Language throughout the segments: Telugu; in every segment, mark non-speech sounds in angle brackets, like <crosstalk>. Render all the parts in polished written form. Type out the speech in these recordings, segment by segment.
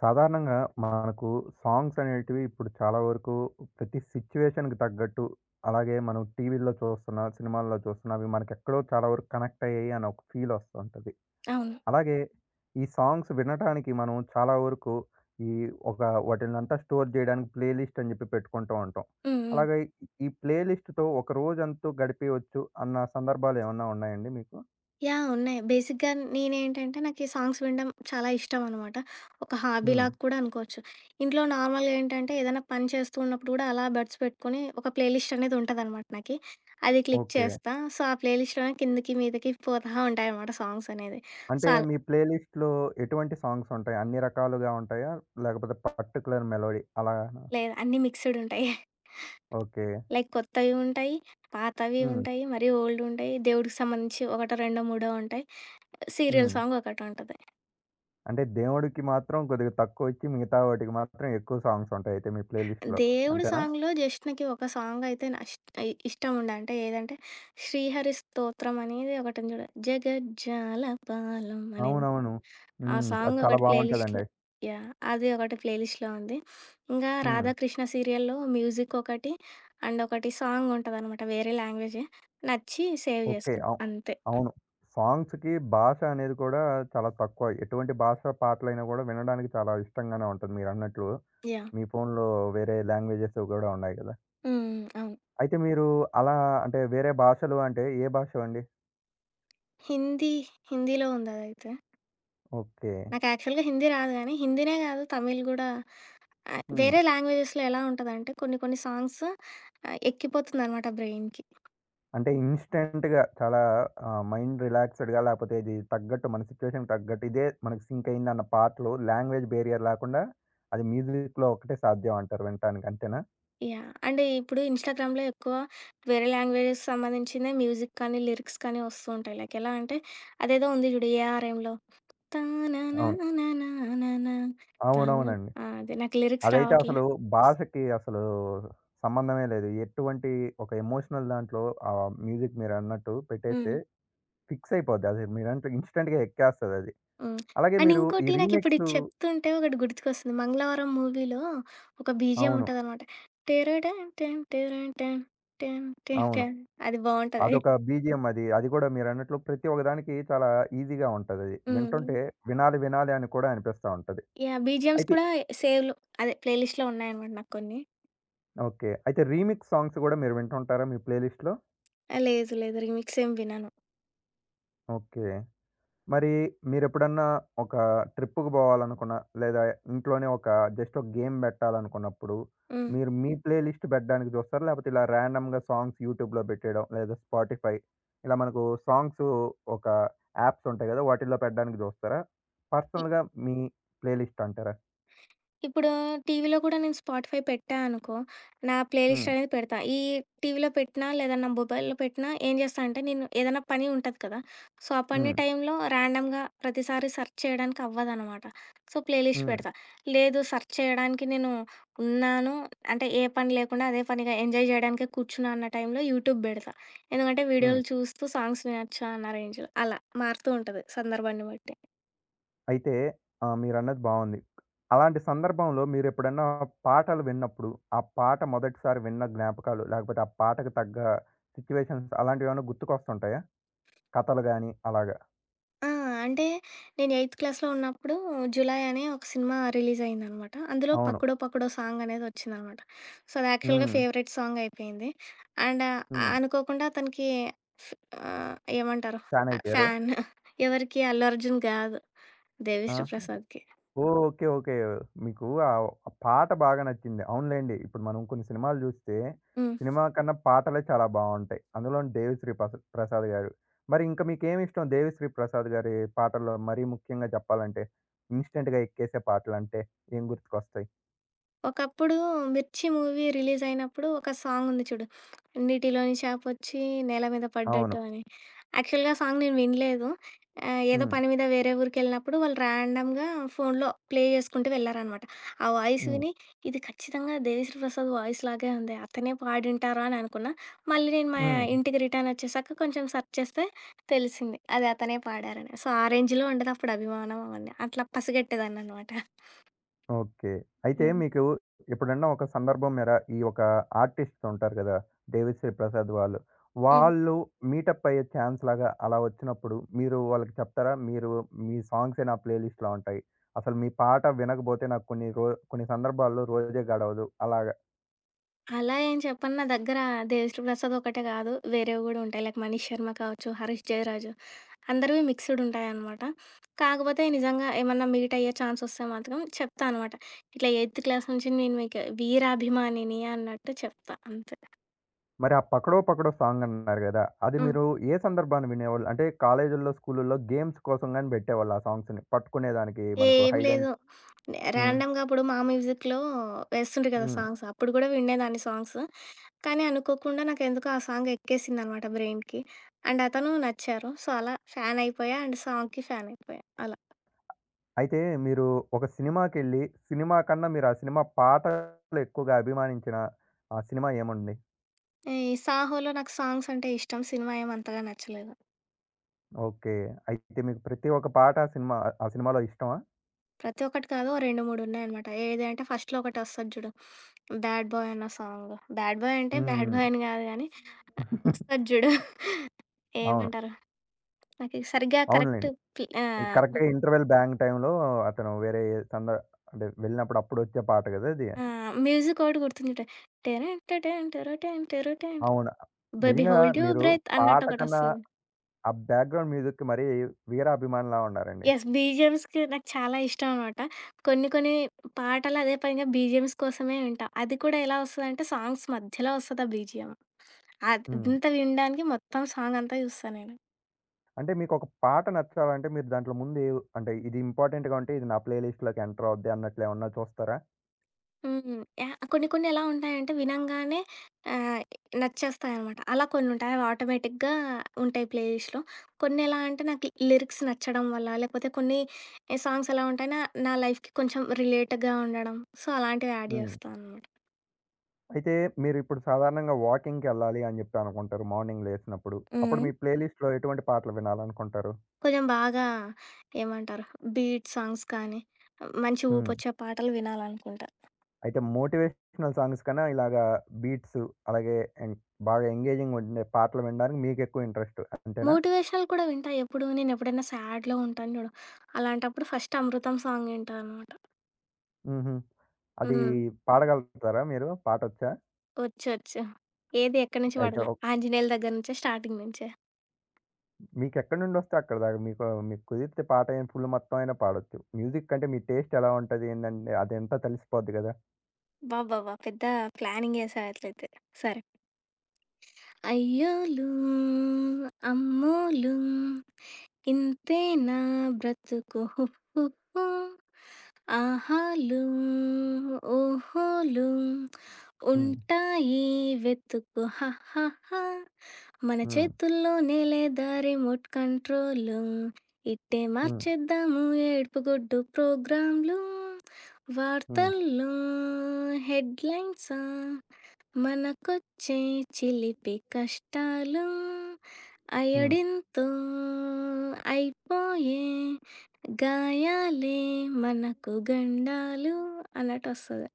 సాధారణంగా మనకు సాంగ్స్ అనేటివి ఇప్పుడు చాలా వరకు ప్రతి సిచ్యువేషన్‌కి తగ్గట్టు, అలాగే మనం టీవీల్లో చూస్తున్నా, సినిమాల్లో చూస్తున్నా అవి మనకెక్కడో చాలా వరకు కనెక్ట్ అయ్యాయి అని ఒక ఫీల్ వస్తుంటది. అవును. అలాగే ఈ సాంగ్స్ వినటానికి మనం చాలా వరకు ఈ ఒక వాటిల్నంతా స్టోర్ జేయడానికి ప్లే లిస్ట్ అని జెప్పి పెట్టుకుంటూ ఉంటాం. హ్మ్. హ్మ్. అలాగే ఈ ప్లే లిస్ట్‌తో ఒక రోజంతా గడిపేయొచ్చు అన్న సందర్భాలేమన్నా ఉన్నాయండి మీకు? యాహ్! ఉన్నాయి. బేసిక్‌గా నేనేంటంటే, నాకీ సాంగ్స్ వినడం చాలా ఇష్టమనమాట. ఒక హ్మ్. హాబీలాగా కూడా అనుకోవచ్చు. ఇంట్లో నార్మల్‌గా ఏంటంటే, ఏదైనా పని చేస్తూ ఉన్నప్పుడు గూడా అలా బడ్స్ పెట్టుకొని, ఒక ప్లే లిస్ట్ అనేది ఉంటదనమాట నాకి. అది క్లిక్ ఓకే. చేస్తా. సో, ఆ ప్లే లిస్ట్‌లోనే కిందకి, మీదకి పోతా ఉంటాయనమాట సాంగ్స్ అనేది. సో, అంటే అల్ మీ ప్లే లిస్ట్‌లో ఎటువంటి సాంగ్స్ ఉంటాయి? అన్ని రకాలుగా ఉంటాయా? లేకపోతే పర్టిక్యులర్ మెలోడీ అలాగానా? లేదు అన్నీ మిక్స్‌డుంటాయి. ఓకే. లైక్ కొత్తవి ఉంటాయి, పాతవి హ్మ్. ఉంటాయి, మరీ ఓల్డుంటాయి, దేవుడికి సంబంధించి ఒకటో, రెండో, మూడో ఉంటాయి. సీరియల్ హ్మ్. సాంగ్ ఒకటుంటది. అంటే దేవుడికి మాత్రం కొద్దిగా తక్కువ ఇచ్చి మిగతా వాటికి మాత్రం ఎక్కువ సాంగ్స్ ఉంటాయి అయితే మీ ప్లే లిస్ట్‌లో దేవుడి అంతేనా? సాంగ్‌లో జస్ట్ నాకి ఒక సాంగయితే నా ఇష్టముండే. అంటే ఏదంటే 'శ్రీహరి స్తోత్రం' అనేది ఒకటుంది చూడు. 'జగజ్జాలపాలం' అనేది. అవునవును. ఆ హ్మ్. అది సాంగ్ చాలా ఒకటి ప్లే లిస్ట్‌లో, బావుంటదండి. యాహ్, అది ఒకటి ప్లే లిస్ట్‌లో ఉంది. ఇంగా హ్మ్. 'రాధాకృష్ణ' సీరియల్‌లో మ్యూజిక్ ఒకటి, అండ్ ఒకటి సాంగ్ ఉంటదనమాట వేరే లాంగ్వేజే. నచ్చి సేవ్ ఓకే. చేసుకున్నా అవు అంతే. అవును. సాంగ్స్‌కి భాష అనేది కూడా చాలా తక్కువ. ఎటువంటి భాష పాటలైనా కూడా వినడానికి చాలా ఇష్టంగానే ఉంటది మీరన్నట్లు. యాహ్! మీ ఫోన్‌లో వేరే లాంగ్వేజెస్ కూడా ఉన్నాయి కదా! హ్మ్. అవును. అయితే మీరు అలా అంటే వేరే భాషలు అంటే ఏ భాషవండి? హిందీ హిందీలో ఉందదైతే. ఓకే. నాకు యాక్చువల్‌గా హిందీ రాదు గానీ, హిందీనే కాదు తమిళ్ గూడా, హ్మ్. వేరే లాంగ్వేజెస్‌లో ఎలా ఉంటదంటే కొన్ని కొన్ని సాంగ్స్ ఎక్కిపోతుందనమాట బ్రెయిన్‌కి. అంటే ఇన్‌స్టంట్‌గా చాలా మైండ్ రిలాక్స్‌డ్‌గా లేకపోతే ఇది తగ్గట్టు మన సిట్యుయేషన్‌కి తగ్గట్టు ఇదే మనకు సింక్ అయిందన్న పాటలు లాంగ్వేజ్ బేరియర్ లేకుండా అది మ్యూజిక్‌లో ఒక్కటే సాధ్యం అంటారు వినటానికి అంతేనా? యాహ్! అండ్ ఇప్పుడు ఇన్‌స్టాగ్రామ్‌లో ఎక్కువ వేరే లాంగ్వేజెస్ సంబంధించిన మ్యూజిక్ కానీ, లిరిక్స్ కానీ వస్తూ ఉంటాయి. లైక్ ఎలా అంటే అదేదో ఉంది చూడు 'ఏఆర్‌ఎంలో' అవును. తాననానానానానా తాన అవునవునండి. ఆ! అదే నాకు లిరిక్స్ అదైతే రావట్లే. అసలు భాషకి అసలు సంబంధమే లేదు. ఎటువంటి ఒక ఎమోషనల్ దాంట్లో ఆ మ్యూజిక్ మీరన్నట్టు హ్మ్. పెట్టేస్తే ఫిక్స్ అయిపోద్ది. అది మీరంటే ఇన్‌స్టంట్‌గా ఎక్కేస్తదది. హ్మ్. అలాగే అండ్ మీరు ఈ ఇంకోటి నాకిప్పుడు ఇది రీమిక్సు చెప్తుంటే ఒకటి గుర్తుకొస్తుంది. 'మంగళవారం' మూవీలో ఒక బీజీఎం అవును. ఉంటదనమాట. టెరటెం టెం టెరన్ టెం టెం టెం అవును. టెం. అది బావుంటది. అదొక బీజీఎం అది. అది కూడా మీరన్నట్లు ప్రతి ఒక్క దానికి చాలా ఈజీగా ఉంటదది. హ్మ్. వింటుంటే వినాలి, వినాలి అని కూడా అనిపిస్తా ఉంటది. యాహ్! బీజీఎమ్స్ అయితే కూడా సేవ్‌లో, అదే ప్లేలిస్ట్‌లో ఉన్నాయనమాట నాకు కొన్ని. ఓకే. అయితే రీమిక్స్ సాంగ్స్ గూడా మీరు వింటుంటారా మీ ప్లే లిస్ట్‌లో? ఆ, లేదు లేదు రీమిక్స్ ఏం వినను. ఓకే. మరి మీరెప్పుడన్నా ఒక ట్రిప్‌కి బోవాలనుకున్న, లేదా ఇంట్లోనే ఒక జస్ట్ ఒక గేమ్ బెట్టాలనుకున్నప్పుడు, హ్మ్. మీరు మీ ప్లే లిస్ట్ బెట్టడానికి జూస్తారా? లేపోతే ఇలా ర్యాండమ్‌గా సాంగ్స్ యూట్యూబ్‌లో బెట్టేయడం, లేదా స్పాటిఫై ఇలా మనకు సాంగ్సు ఒక యాప్స్ ఉంటాయి గదా! వాటిల్లో పెట్టడానికి జూస్తారా? పర్సనల్‌గా మీ ప్లే లిస్ట్ అంటారా? ఇప్పుడు టీవీలో కూడా నేను స్పాటిఫై పెట్టా అనుకో, నా ప్లే లిస్ట్ హ్మ్. అనేది పెడతా. ఈ టీవీలో పెట్టినా, లేదా నా మొబైల్‌లో పెట్టినా ఏం చేస్తా అంటే, నేను ఏదైనా పని ఉంటది కదా! సో, ఆ పని హ్మ్. టైంలో ర్యాండమ్‌గా ప్రతిసారి సెర్చ్ చేయడానికి అవ్వదనమాట. సో, ప్లే లిస్ట్ హ్మ్. పెడతా. లేదు, సెర్చ్ చేయడానికి నేను ఉన్నాను అంటే, ఏ పని లేకుండా అదే పనిగా ఎంజాయ్ చేయడానికే కూర్చున్నా అన్న టైంలో యూట్యూబ్ పెడతా. ఎందుకంటే, హ్మ్. వీడియోలు చూస్తూ సాంగ్స్ వినొచ్చు అన్న రేంజ్‌లో అలా మారుతూ ఉంటది సందర్భాన్ని బట్టి. అయితే ఆ! మీరన్నది బావుంది. అలాంటి సందర్భంలో మీరెప్పుడన్నా పాటలు విన్నప్పుడు, ఆ పాట మొదటిసారి విన్న జ్ఞాపకాలు, లేకపోతే ఆ పాటకు తగ్గ సిట్యుయేషన్స్ అలాంటివేమన్నా గుర్తుకొస్తుంటాయా? కథలు గాని అలాగా? ఆ! అంటే నేను ఎయిత్ క్లాస్‌లో ఉన్నప్పుడు 'జులాయి' అనే ఒక సినిమా రిలీజ్ అయిందనమాట. అందులో అవును. 'పక్కడో పక్కడో' సాంగ్ అనేది వచ్చిందనమాట. సో, అది యాక్చువల్‌గా హ్మ్. ఫేవరెట్ సాంగ్ అయిపోయింది. అండ్ హ్మ్. అనుకోకుండా అతనికి ఏమంటారు, ఫ్యానయిపోయారు. ఫ్యాన్. ఎవరికి? అల్లు అర్జున్ కాదు. ఆ! దేవిశ్రీ ప్రసాద్‌కి. ఓకే. ఓకే. మీకు ఆ పాట బాగా నచ్చింది. అవునులెండి. ఇప్పుడు మనం కొన్ని సినిమాలు జూస్తే, హ్మ్. సినిమా కన్నా పాటలే చాలా బావుంటాయి. అందులోను 'దేవిశ్రీ ప్రసాద్' గారు. మరి ఇంకా మీకేమిష్టం 'దేవిశ్రీ ప్రసాద్' గారి పాటల్లో మరీ ముఖ్యంగా జెప్పాలంటే? ఇన్‌స్టంట్‌గా ఎక్కేసే పాటలంటే ఏం గుర్తుకొస్తాయి? ఒకప్పుడు 'మిర్చి' మూవీ రిలీజ్ అయినప్పుడు ఒక సాంగ్ ఉంది చూడు. 'నీటిలోని చేపొచ్చి నేల మీద అవును. పడ్డట్టు' అని. యాక్చువల్‌గా ఆ సాంగ్ నేను వినలేదు. ఏదో హ్మ్. పని మీద వేరే ఊరికెళ్ళినప్పుడు వాళ్ళు రాండమ్‌గా ఫోన్‌లో ప్లే చేసుకుంటూ వెళ్లారనమాట. ఆ వాయిస్ హ్మ్. విని ఇది ఖచ్చితంగా 'దేవిశ్రీ ప్రసాద్' వాయిస్ లాగే ఉంది. అతనే పాడింటారా అని అనుకున్నా. మళ్ళీ నేను మా హ్మ్. ఇంటికి రిటర్న్ వచ్చేసాక కొంచెం సెర్చ్ చేస్తే తెలిసింది, అది అతనే పాడారని. సో, ఆ రేంజ్‌లో ఉండేది అప్పుడు అభిమానం అవన్నీ. అట్లా పసిగట్టేదాన్ననమాట. ఓకే. అయితే హ్మ్. మీకు ఎప్పుడన్నా ఒక సందర్భం మేర ఈ ఒక ఆర్టిస్ట్స్ ఉంటారు కదా! దేవిశ్రీ ప్రసాద్ వాళ్ళు. హ్మ్. వాళ్ళు మీటప్ అయ్యే ఛాన్స్ లాగా అలా వచ్చినప్పుడు మీరు వాళ్ళకి చెప్తారా? మీరు మీ సాంగ్సే నా ప్లేలిస్ట్‌లో ఉంటాయి. అసలు మీ పాట వినకపోతే నాకు కొన్ని సందర్భాల్లో రోజే గడవదు అలాగా. అలా ఏం చెప్పను. నా దగ్గర 'దేవిశ్రీప్రసాద్' ఒకటే కాదు, వేరేవి గూడా ఉంటాయి. లైక్ 'మనీష్ శర్మ' కావచ్చు, 'హరీష్ జయరాజు', అందరివి మిక్స్‌డ్ ఉంటాయనమాట. కాకపోతే నిజంగా ఏమన్నా మీట్ అయ్యే ఛాన్స్ వస్తే మాత్రం చెప్తా అనమాట. ఇట్లా ఎయిత్ క్లాస్ నుంచి నేను మీకు వీరాభిమానిని అన్నట్టు చెప్తా అంతే. మరి ఆ 'పకడో పకడో' సాంగ్ అన్నారు గదా! అది హ్మ్. మీరు ఏ సందర్భాన వినేవాళ్ళు? అంటే కాలేజీల్లో, స్కూలుల్లో గేమ్స్ కోసం గాని పెట్టేవాళ్ళా సాంగ్స్‌ని పట్టుకునేదానికి మనకు ఏం హైడ్ అండ్ లేదు. హ్మ్. ర్యాండమ్‌గా అప్పుడు 'మా మ్యూజిక్‌లో' వేస్తుండ్రు కదా హ్మ్. సాంగ్స్. అప్పుడు కూడా వినేదాన్ని సాంగ్స్. కానీ అనుకోకుండా నాకెందుకో ఆ సాంగ్ ఎక్కేసిందనమాట బ్రెయిన్‌కి. అండ్ అతను నచ్చారు. సో, అలా ఫ్యాన్ అయిపోయా. అండ్ సాంగ్‌కి ఫ్యాన్ అయిపోయా. అలా. అయితే మీరు ఒక సినిమాకెళ్ళి, సినిమా కన్నా మీరు ఆ సినిమా పాటలు ఎక్కువగా అభిమానించిన ఆ సినిమా ఏముంది? ఈ 'సాహోలో' నాకు సాంగ్స్ అంటే ఇష్టం. సినిమా ఏమి అంతగా నచ్చలేదు. ఓకే. అయితే మీకు ప్రతి ఒక్క పాట ఆ సినిమా ఆ సినిమాలో ఇష్టమా? ప్రతి ఒక్కటి కాదు, ఓ 2, 3 ఉన్నాయనమాట. ఏది అంటే ఫస్ట్‌లో ఒకటి వస్తది చూడు. 'బ్యాడ్ బాయ్' అన్న సాంగ్. 'బ్యాడ్ బాయ్' అంటే బ్యాడ్ హ్మ్. బాయ్ అని కాదు గానీ వస్తది చూడు. అవును. ఏమంటారు? నాకు సరిగ్గా కరెక్ట్ అవునులెండి. ప్లే ఈ ఆహ్, కరెక్ట్‌గా ఇంటర్వెల్ బ్యాంగ్ టైమ్‌లో అతను వేరే సంద అంటే వెళ్ళినప్పుడు అప్పుడొచ్చే పాట గదా! అది. మ్యూజిక్ ఒకటి గుర్తుంది చూడు. 'టెరెంటటెన్ టెరటెన్ టెరటెన్ అవును. బేబీ నిజంగా హోల్డ్ యువర్ మీరు బ్రెత్' పాట అన్నట్టు కన్నా ఒకటొస్తది. ఆ బ్యాక్‌గ్రౌండ్ మ్యూజిక్‌కి మరీ వీరాభిమానిలా ఉన్నారండి. యెస్. బీజీఎమ్స్‌కి నాకు చాలా ఇష్టం అనమాట. కొన్ని కొన్ని పాటలు అదే పనిగా బీజీఎమ్స్ కోసమే వింటా. అది కూడా ఎలా వస్తదంటే సాంగ్స్ మధ్యలో వస్తది ఆ బీజీఎమ్. అద్ హ్మ్. ఇంత వినడానికి మొత్తం సాంగ్ అంతా చూస్తా నేను. అంటే మీకొక పాట నచ్చాలంటే మీరు దాంట్లో ముందు ఏ అంటే ఇది ఇంపార్టెంట్‌గా ఉంటే ఇది నా ప్లే లిస్ట్‌లోకి ఎంటర్ అవుద్ది అన్నట్లేమన్నా చూస్తారా? హ్మ్. యాహ్! కొన్ని కొన్ని ఎలా ఉంటాయంటే వినంగానే ఆహ్, నచ్చేస్తాయనమాట. అలా కొన్ని ఉంటాయి. అవి ఆటోమేటిక్‌గా ఉంటాయి ప్లే లిస్ట్‌లో. కొన్ని ఎలా అంటే నాకు లిరిక్స్ నచ్చడం వల్ల, లేకపోతే కొన్ని సాంగ్స్ ఎలా ఉంటాయి, నా నా లైఫ్‌కి కొంచెం రిలేట్‌గా ఉండడం. సో, అలాంటివి యాడ్ హ్మ్. చేస్తా అనమాట. అయితే మీరిప్పుడు సాధారణంగా వాకింగ్‌కెళ్ళాలి అని జెప్పి అనుకుంటారు మార్నింగ్ లేసినప్పుడు. అప్పుడు హ్మ్. మీ ప్లే లిస్ట్‌లో ఎటువంటి పాటలు వినాలనుకుంటారు? కొంచెం బాగా ఏమంటారు? బీట్ సాంగ్స్ కానీ, మంచి హ్మ్. ఊపొచ్చే పాటలు వినాలనుకుంటా. అయితే మోటివేషనల్ సాంగ్స్ కన్నా ఇలాగా బీట్స్ అలాగే ఎం బాగా ఎంగేజింగ్ ఉండే పాటలు వినడానికి మీకెక్కువ ఇంట్రెస్ట్ అంతేనా? మోటివేషనల్ కూడా వింటా ఎప్పుడు. నేనెప్పుడైనా సాడ్‌లో ఉంటాను చూడు, అలాంటప్పుడు ఫస్ట్ 'అమృతం' సాంగ్ వింటా అనమాట. హుహు. అది హ్మ్. పాడగలుగుతారా మీరు? పాటొచ్చా? వచ్చు. వచ్చు. ఏది ఎక్కడి నుంచి అయితే పడలే. ఒ ఆంజనేయుల దగ్గర నుంచే, స్టార్టింగ్ నుంచే. మీకెక్కడి నుండొస్తే అక్కడ దాకా. మీకు మీకు కుదిరితే పాట అయిన ఫుల్ మొత్తం అయినా పాడొచ్చు. మ్యూజిక్ అంటే మీ టేస్ట్ ఎలా ఉంటది ఏందంటే అదంతా తెలిసిపోద్ది గదా! అబ్బబ్బబ్బా! పెద్ద ప్లానింగ్ ఏసావు అట్లయితే. సరే. అయ్యోలు అమ్మోలు ఇంతేనా బ్రతుకు హుహుహు. ఆహాలు ఓహోలు హ్మ్. ఉంటాయి వెతుకు హహహ. మన హ్మ్. చేతుల్లోనే లేదా రిమోట్ కంట్రోల్ ఇట్టే హ్మ్. మార్చేద్దాము. ఏడుపు గొడ్డు ప్రోగ్రాంలు హ్మ్. వార్తల్లో హెడ్లైన్స్ మనకొచ్చే చిలిపి కష్టాలు హ్మ్. అయడింతో అయిపోయే గాయాలే మనకు గండాలు అన్నట్టు వస్తది.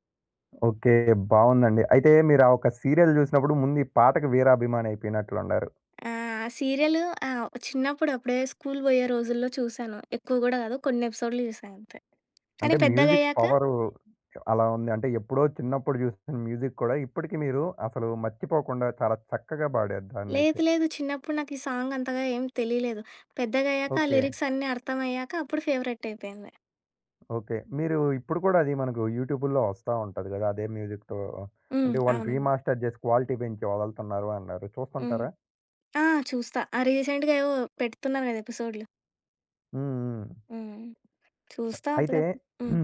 ఓకే. బావుందండి. అయితే మీరు ఆ ఒక సీరియల్ జూసినప్పుడు ముందు ఈ పాటకి వీరాభిమాని అయిపోయినట్లుండారు. ఆ! సీరియల్ చిన్నప్పుడు అప్పుడే స్కూల్ పోయే రోజుల్లో చూసాను. ఎక్కువ గూడా గాదు. కొన్ని ఎపిసోడ్‌లు చూసా అంతే. కానీ అంటే మ్యూజిక్ పెద్దగయ్యాక, పవరు అలా ఉంది. అంటే ఎప్పుడో చిన్నప్పుడు జూసిన మ్యూజిక్ కూడా ఇప్పటికి మీరు అసలు మర్చిపోకుండా చాలా చక్కగా పాడారు దాన్నైతే. లేదు లేదు, చిన్నప్పుడు నాకు ఈ సాంగ్ అంతగా ఏం తెలీలేదు. పెద్దగయ్యాక ఆ ఓకే. లిరిక్స్ అన్నీ అర్థమయ్యాక అప్పుడు ఫేవరెట్ అయిపోయింది. ఓకే. మీరు ఇప్పుడు కూడా అది మనకు యూట్యూబుల్లో వస్తా ఉంటది గదా! అదే మ్యూజిక్‌తో హ్మ్. అంటే వాళ్ళు అవునండి. రీమాస్టర్ జేసి క్వాలిటీ పెంచి వదులుతున్నారు అన్నారు. హ్మ్. చూస్తుంటారా? ఆ! చూస్తా. ఆ రీసెంట్‌గా ఏవో పెడుతున్నారు గదా, ఎపిసోడ్‌లు. హ్మ్. హ్మ్. హ్మ్. చూస్తా అయితే అప్పుడప్పుడు. హ్మ్.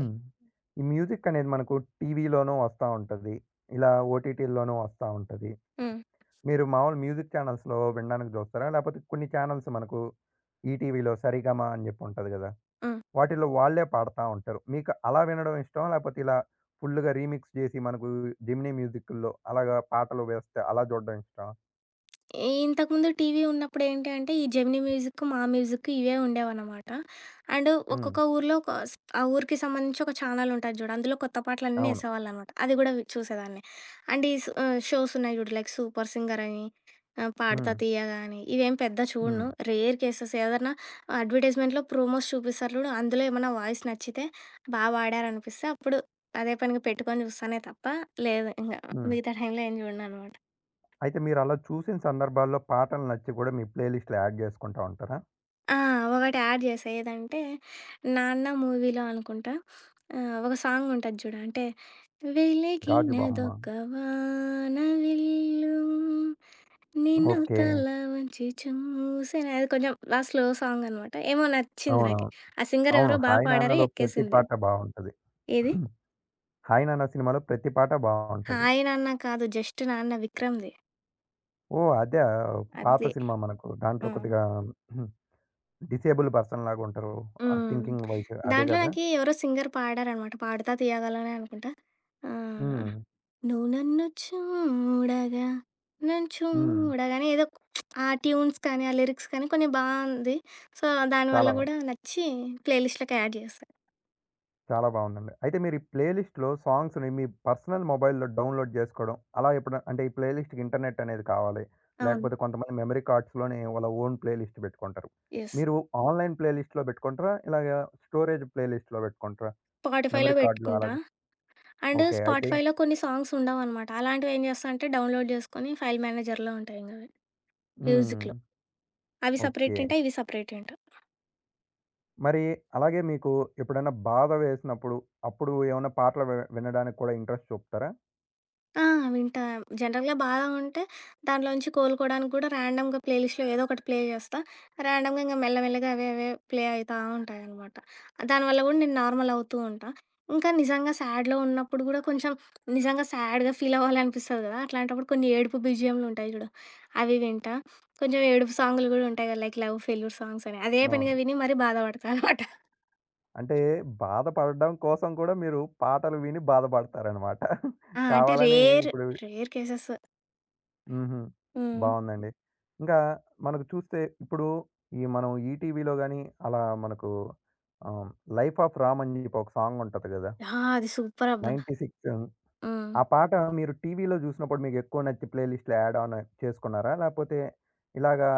ఈ మ్యూజిక్ అనేది మనకు టీవీలోనూ వస్తా ఉంటది. ఇలా ఓటీటీల్లోనూ వస్తా ఉంటది. హ్మ్. మీరు మామూలు మ్యూజిక్ ఛానల్స్‌లో వినడానికి జూస్తారా? లేపోతే కొన్ని ఛానల్స్ మనకు ఈటీవీలో 'సరిగమ' అని జెప్పుంటది గదా! ఆ! వాటిల్లో వాళ్ళే పాడతా ఉంటారు. మీకు అలా వినడం ఇష్టమా? లేకపోతే ఇలా ఫుల్‌గా రీమిక్స్ చేసి మనకు జెమినీ మ్యూజిక్‌ల్లో అలాగా పాటలు వేస్తే అలా చూడడం ఇష్టమా? ఇంతకుముందు టీవీ ఉన్నప్పుడు ఏంటి అంటే, ఈ జెమినీ మ్యూజిక్, మా మ్యూజిక్ ఇవే ఉండేవనమాట. అండ్ హ్మ్. ఒక్కొక్క ఊర్లో ఒక స్ ఆ ఊరికి సంబంధించి ఒక ఛానెల్ ఉంటది చూడు. అందులో కొత్త పాటలన్నీ అవును. యేసేవాళ్ళనమాట. అది గూడా చూసేదాన్ని. అండ్ షోస్ ఉన్నాయి చూడు. లైక్ 'సూపర్ సింగర్' అని, 'పాడుతా హ్మ్. తీయగా' అని, ఇవేం పెద్ద హ్మ్. చూడను. రేర్ కేసెస్ ఏదన్నా అడ్వర్‌టైజ్‌మెంట్‌లో ప్రోమోస్ చూపిస్తారు చూడు. అందులో ఏమన్నా వాయిస్ నచ్చితే, బా పాడారనిపిస్తే అప్పుడు అదే పనిగా పెట్టుకొని చూస్తానే తప్ప, లేదు ఇంగ హ్మ్. మిగతా టైంలో ఏం చూడననమాట. అయితే మీరలా చూసిన సందర్భాల్లో పాటలు నచ్చి కూడా మీ ప్లే లిస్ట్‌లో యాడ్ చేసుకుంటా ఉంటారా? ఆ! ఒకటి యాడ్ చేశా. ఏదంటే 'నాన్న' మూవీలో అనుకుంటా, ఒక సాంగ్ ఉంటది చూడు. అంటే 'గాజు బొమ్మ.' వెలిగినదొక వాన విల్లు నిన్ను ఓకే. తల వంచి చూసెను, అది కొంచెం బా స్లో సాంగ్ అనమాట. ఏమో నచ్చింది నాకి. అవునవును. ఆ సింగర్ అవును. ఎవరో బా 'హాయ్ పాడారు, నాన్న'లో ప్రతి ఎక్కేసింది. పాట బావుంటది. ఏది? <clears throat> 'హాయ్ నాన్న' సినిమాలో ప్రతి పాట బావుంటది. 'హాయ్ నాన్న' కాదు. జస్ట్ నాన్న విక్రమ్‌ది. ఓహ్! అదా! పాత అదే. సినిమా మనకు దాంట్లో హ్మ్. కొద్దిగా <clears throat> డిసేబుల్ పర్సన్ లాగా ఉంటారు. ఆ హ్మ్. థింకింగ్ వైస్ అదే దాంట్లో గదా! నాకి ఎవరో సింగర్ పాడారనమాట. 'పాడుతా తీయగల'నే అనుకుంటా. ఆ! హ్మ్. నువ్వు నన్ను చూడగా, నన్ను హ్మ్. చూడగానే ఏదో, ఆ ట్యూన్స్ కానీ, ఆ లిరిక్స్ కానీ కొన్ని బావుంది. సో, దానివల్ల చాలా బా గూడా నచ్చి ప్లే లిస్ట్‌లోకి యాడ్ చేశా. చాలా బావుందండి. అయితే మీరు ఈ ప్లే లిస్ట్‌లో సాంగ్స్‌ని మీ పర్సనల్ మొబైల్‌లో డౌన్‌లోడ్ జేసుకోవడం అలా ఎప్పుడన్నా అంటే ఈ ప్లే లిస్ట్‌కి ఇంటర్నెట్ అనేది కావాలి. అవును. లేకపోతే కొంతమంది మెమరీ కార్డ్స్‌లోనే వాళ్ళ ఓన్ ప్లే లిస్ట్ పెట్టుకుంటారు. యెస్. మీరు ఆన్‌లైన్ ప్లే లిస్ట్‌లో పెట్టుకుంటారా? ఇలాగా స్టోరేజ్ ప్లే లిస్ట్‌లో పెట్టుకుంటారా? స్పాటిఫైలో మెమరీ కార్డ్‌లో పెట్టుకుంటా. అలాగ అండ్ ఓకే. అయితే స్పాటిఫైలో కొన్ని సాంగ్స్ ఉండవనమాట. అలాంటివి ఏం చేస్తా అంటే డౌన్‌లోడ్ చేసుకొని ఫైల్ మేనేజర్‌లో ఉంటాయి ఇంగవి, హ్మ్. మ్యూజిక్‌లో. అవి ఓకే. సపరేట్ ఏంట, ఇవి సపరేట్ ఏంట. మరి అలాగే మీకు ఎప్పుడైనా బాధ వేసినప్పుడు అప్పుడు ఏమన్నా పాటలు వి వినడానికి కూడా ఇంట్రెస్ట్ చూపుతారా? ఆ! వింటా. జనరల్‌గా బాగా ఉంటే దాంట్లోంచి కోలుకోవడానికి గూడా ర్యాండమ్‌గా ప్లే లిస్ట్‌లో ఏదో ఒకటి ప్లే చేస్తా. ర్యాండమ్‌గా ఇంక మెల్లమెల్లగా అవే అవే ప్లే అయితా ఉంటాయనమాట. దానివల్ల గూడా నేను నార్మల్ అవుతూ ఉంటా. ఇంకా నిజంగా సాడ్‌లో ఉన్నప్పుడు గూడా కొంచెం, నిజంగా సాడ్‌గా ఫీల్ అవ్వాలనిపిస్తది గదా! అట్లాంటప్పుడు కొన్ని ఏడుపు బీజీఎంలుంటాయి జూడు, అవి వింటా. కొంచెం ఏడుపు సాంగులు గూడా ఉంటాయి గదా! లైక్ లవ్ ఫెయిల్యూర్ సాంగ్స్ అని. అదే అవును. పనిగా విని మరీ బాధపడతా అనమాట. అంటే బాధపడడం కోసం కూడా మీరు పాటలు విని బాధపడతారనమాట. ఆ! అంటే కావాలని ఇప్పుడు రేర్ కేసెస్. హుహు. హ్మ్. బావుందండి. ఇంకా మనకు చూస్తే ఇప్పుడు ఈ మనం ఈటీవీలో గాని అలా మనకు ఆహ్, 'లైఫ్ ఆఫ్ రామ్' అని చెప్పి ఒక సాంగ్ ఉంటది గదా! ఆ! అది సూపర్ అబ్బా! 96 హ్మ్. ఆ పాట మీరు టీవీలో జూసినప్పుడు మీకు ఎక్కువ నచ్చి ప్లే లిస్ట్‌లో యాడ్ ఆన్ చేసుకున్నారా? లేపోతే ఇలాగా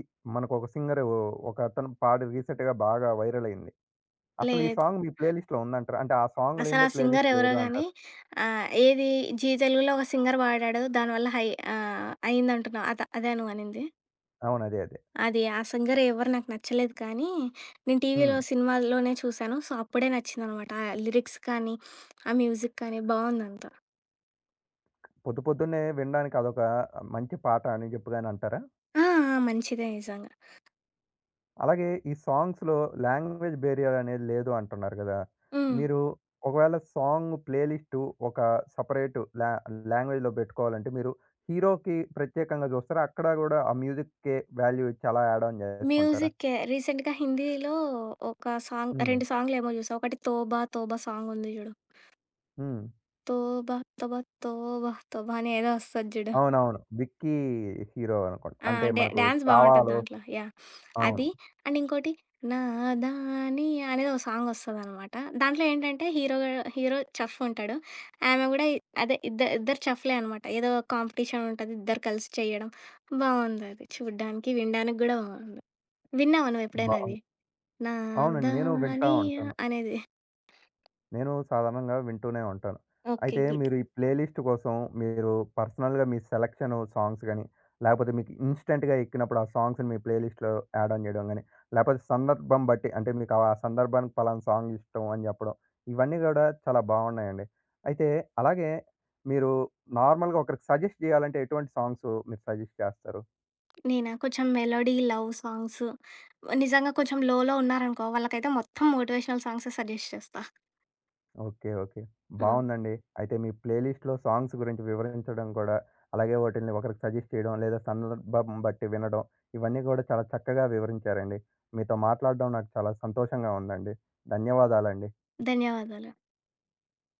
ఇ మనకు ఒక సింగరు ఒకతను పాడి రీసెంట్‌గా బాగా వైరల్ అయింది. అసలు ఈ లేదు. సాంగ్ మీ ప్లే లిస్ట్‌లో ఉందంటారా? అంటే ఆ సాంగ్ అసలా లేనిదే ప్లే సింగర్ లిస్ట్ ఎవరో లేదు గానీ, అంటారు. ఆహ్, ఏది 'జీ తెలుగులో' ఒక సింగర్ పాడాడు. దానివల్ల అయిందంటున్నావు. అదా నువ్వనింది? అవును. అదే. అదే. అది ఆ సింగర్ ఎవరు నాకు నచ్చలేదు కానీ, నేను టీవీలో హ్మ్. సినిమాల్లోనే చూసాను. సో, అప్పుడే నచ్చిందనమాట. ఆ లిరిక్స్ కానీ, ఆ మ్యూజిక్ కానీ బావుందంతా. పొద్దు పొద్దున్నే వినడానికి అదొక మంచి పాట అని చెప్పగానే అంటారా? ఆ! ఆ! మంచిదే నిజంగా. అలాగే ఈ సాంగ్స్‌లో లాంగ్వేజ్ బేరియర్ అనేది లేదు అంటున్నారు గదా! హ్మ్. మీరు ఒకవేళ సాంగ్ ప్లే లిస్టు ఒక సెపరేట్ లా లాంగ్వేజ్‌లో పెట్టుకోవాలంటే మీరు హీరోకి ప్రత్యేకంగా చూస్తారా? అక్కడ గూడా ఆ మ్యూజిక్‌కే వాల్యూ ఇచ్చి అలా యాడ్ ఆన్ జేసుకుంటారా? మ్యూజిక్కే. రీసెంట్‌గా హిందీలో ఒక సాంగ్, హ్మ్. 2 సాంగ్‌లేమో చూసా. ఒకటి 'తోబా తోబా' సాంగుంది చూడు. హ్మ్. 'తోబా తోబా తోబా తోబా' అని ఏదో వస్తది చూడు. అవునవును. విక్కీ హీరో అనుకుంటా. ఆ! అంటే మనకు డాన్స్ బావుంటది 'చావాలో' దాంట్లో. యాహ్! అది. అవును. అండ్ ఇంకోటి 'నాదాని' అనేది ఒక సాంగొస్తదనమాట. దాంట్లో ఏంటంటే హీరో హీరో చఫ్ ఉంటాడు. ఆమె గూడా అదే, ఇద్దరు చఫ్‌లే అనమాట. ఏదో కాంపిటీషన్ ఉంటది, ఇద్దరు కలిసి చేయడం. బావుందది. చూడ్డానికి, వినడానికి గూడా బావుంది. విన్నావా నువ్వెప్పుడైనా బావుం అది? అవునండి. నేను వింటా 'నాదాని' ఉంటాను. అనేది. నేను సాధారణంగా వింటూనే ఉంటాను. ఓకే. అయితే గుడ్. మీరు ఈ ప్లేలిస్ట్ కోసం మీరు పర్సనల్‌గా మీ సెలక్షను సాంగ్స్ గాని, లేపోతే మీకు ఇన్‌స్టంట్‌గా ఎక్కినప్పుడు ఆ సాంగ్స్‌ని మీ ప్లేలిస్ట్‌లో యాడ్ ఆన్ జేయడం గాని, లేపోతే సందర్భం బట్టి అంటే మీకు ఆ సందర్భానికి పలానా సాంగ్ ఇష్టం అని జెప్పడం. ఇవన్నీ గూడా చాలా బావున్నాయండి. అయితే అలాగే మీరు నార్మల్‌గా ఒకరికి సజెస్ట్ జేయాలంటే ఎటువంటి సాంగ్స్ మీరు సజెస్ట్ చేస్తారు? నేనా కొంచెం మెలోడీ, లవ్ సాంగ్స్. నిజంగా కొంచెం లోలో ఉన్నారనుకో, వాళ్ళకైతే మొత్తం మోటివేషనల్ సాంగ్సే సజెస్ట్ చేస్తా. ఓకే. ఓకే. ఆ! బావుందండి. అయితే మీ ప్లేలిస్ట్‌లో సాంగ్స్ గురించి వివరించడం కూడా, అలాగే వాటిల్ని ఒకరికి సజెస్ట్ చేయడం, లేదా సందర్భం బట్టి వినడం, ఇవన్నీ కూడా చాలా చక్కగా వివరించారండి. మీతో మాట్లాడడం నాకు చాలా సంతోషంగా ఉందండి. ధన్యవాదాలండి. ధన్యవాదాలు.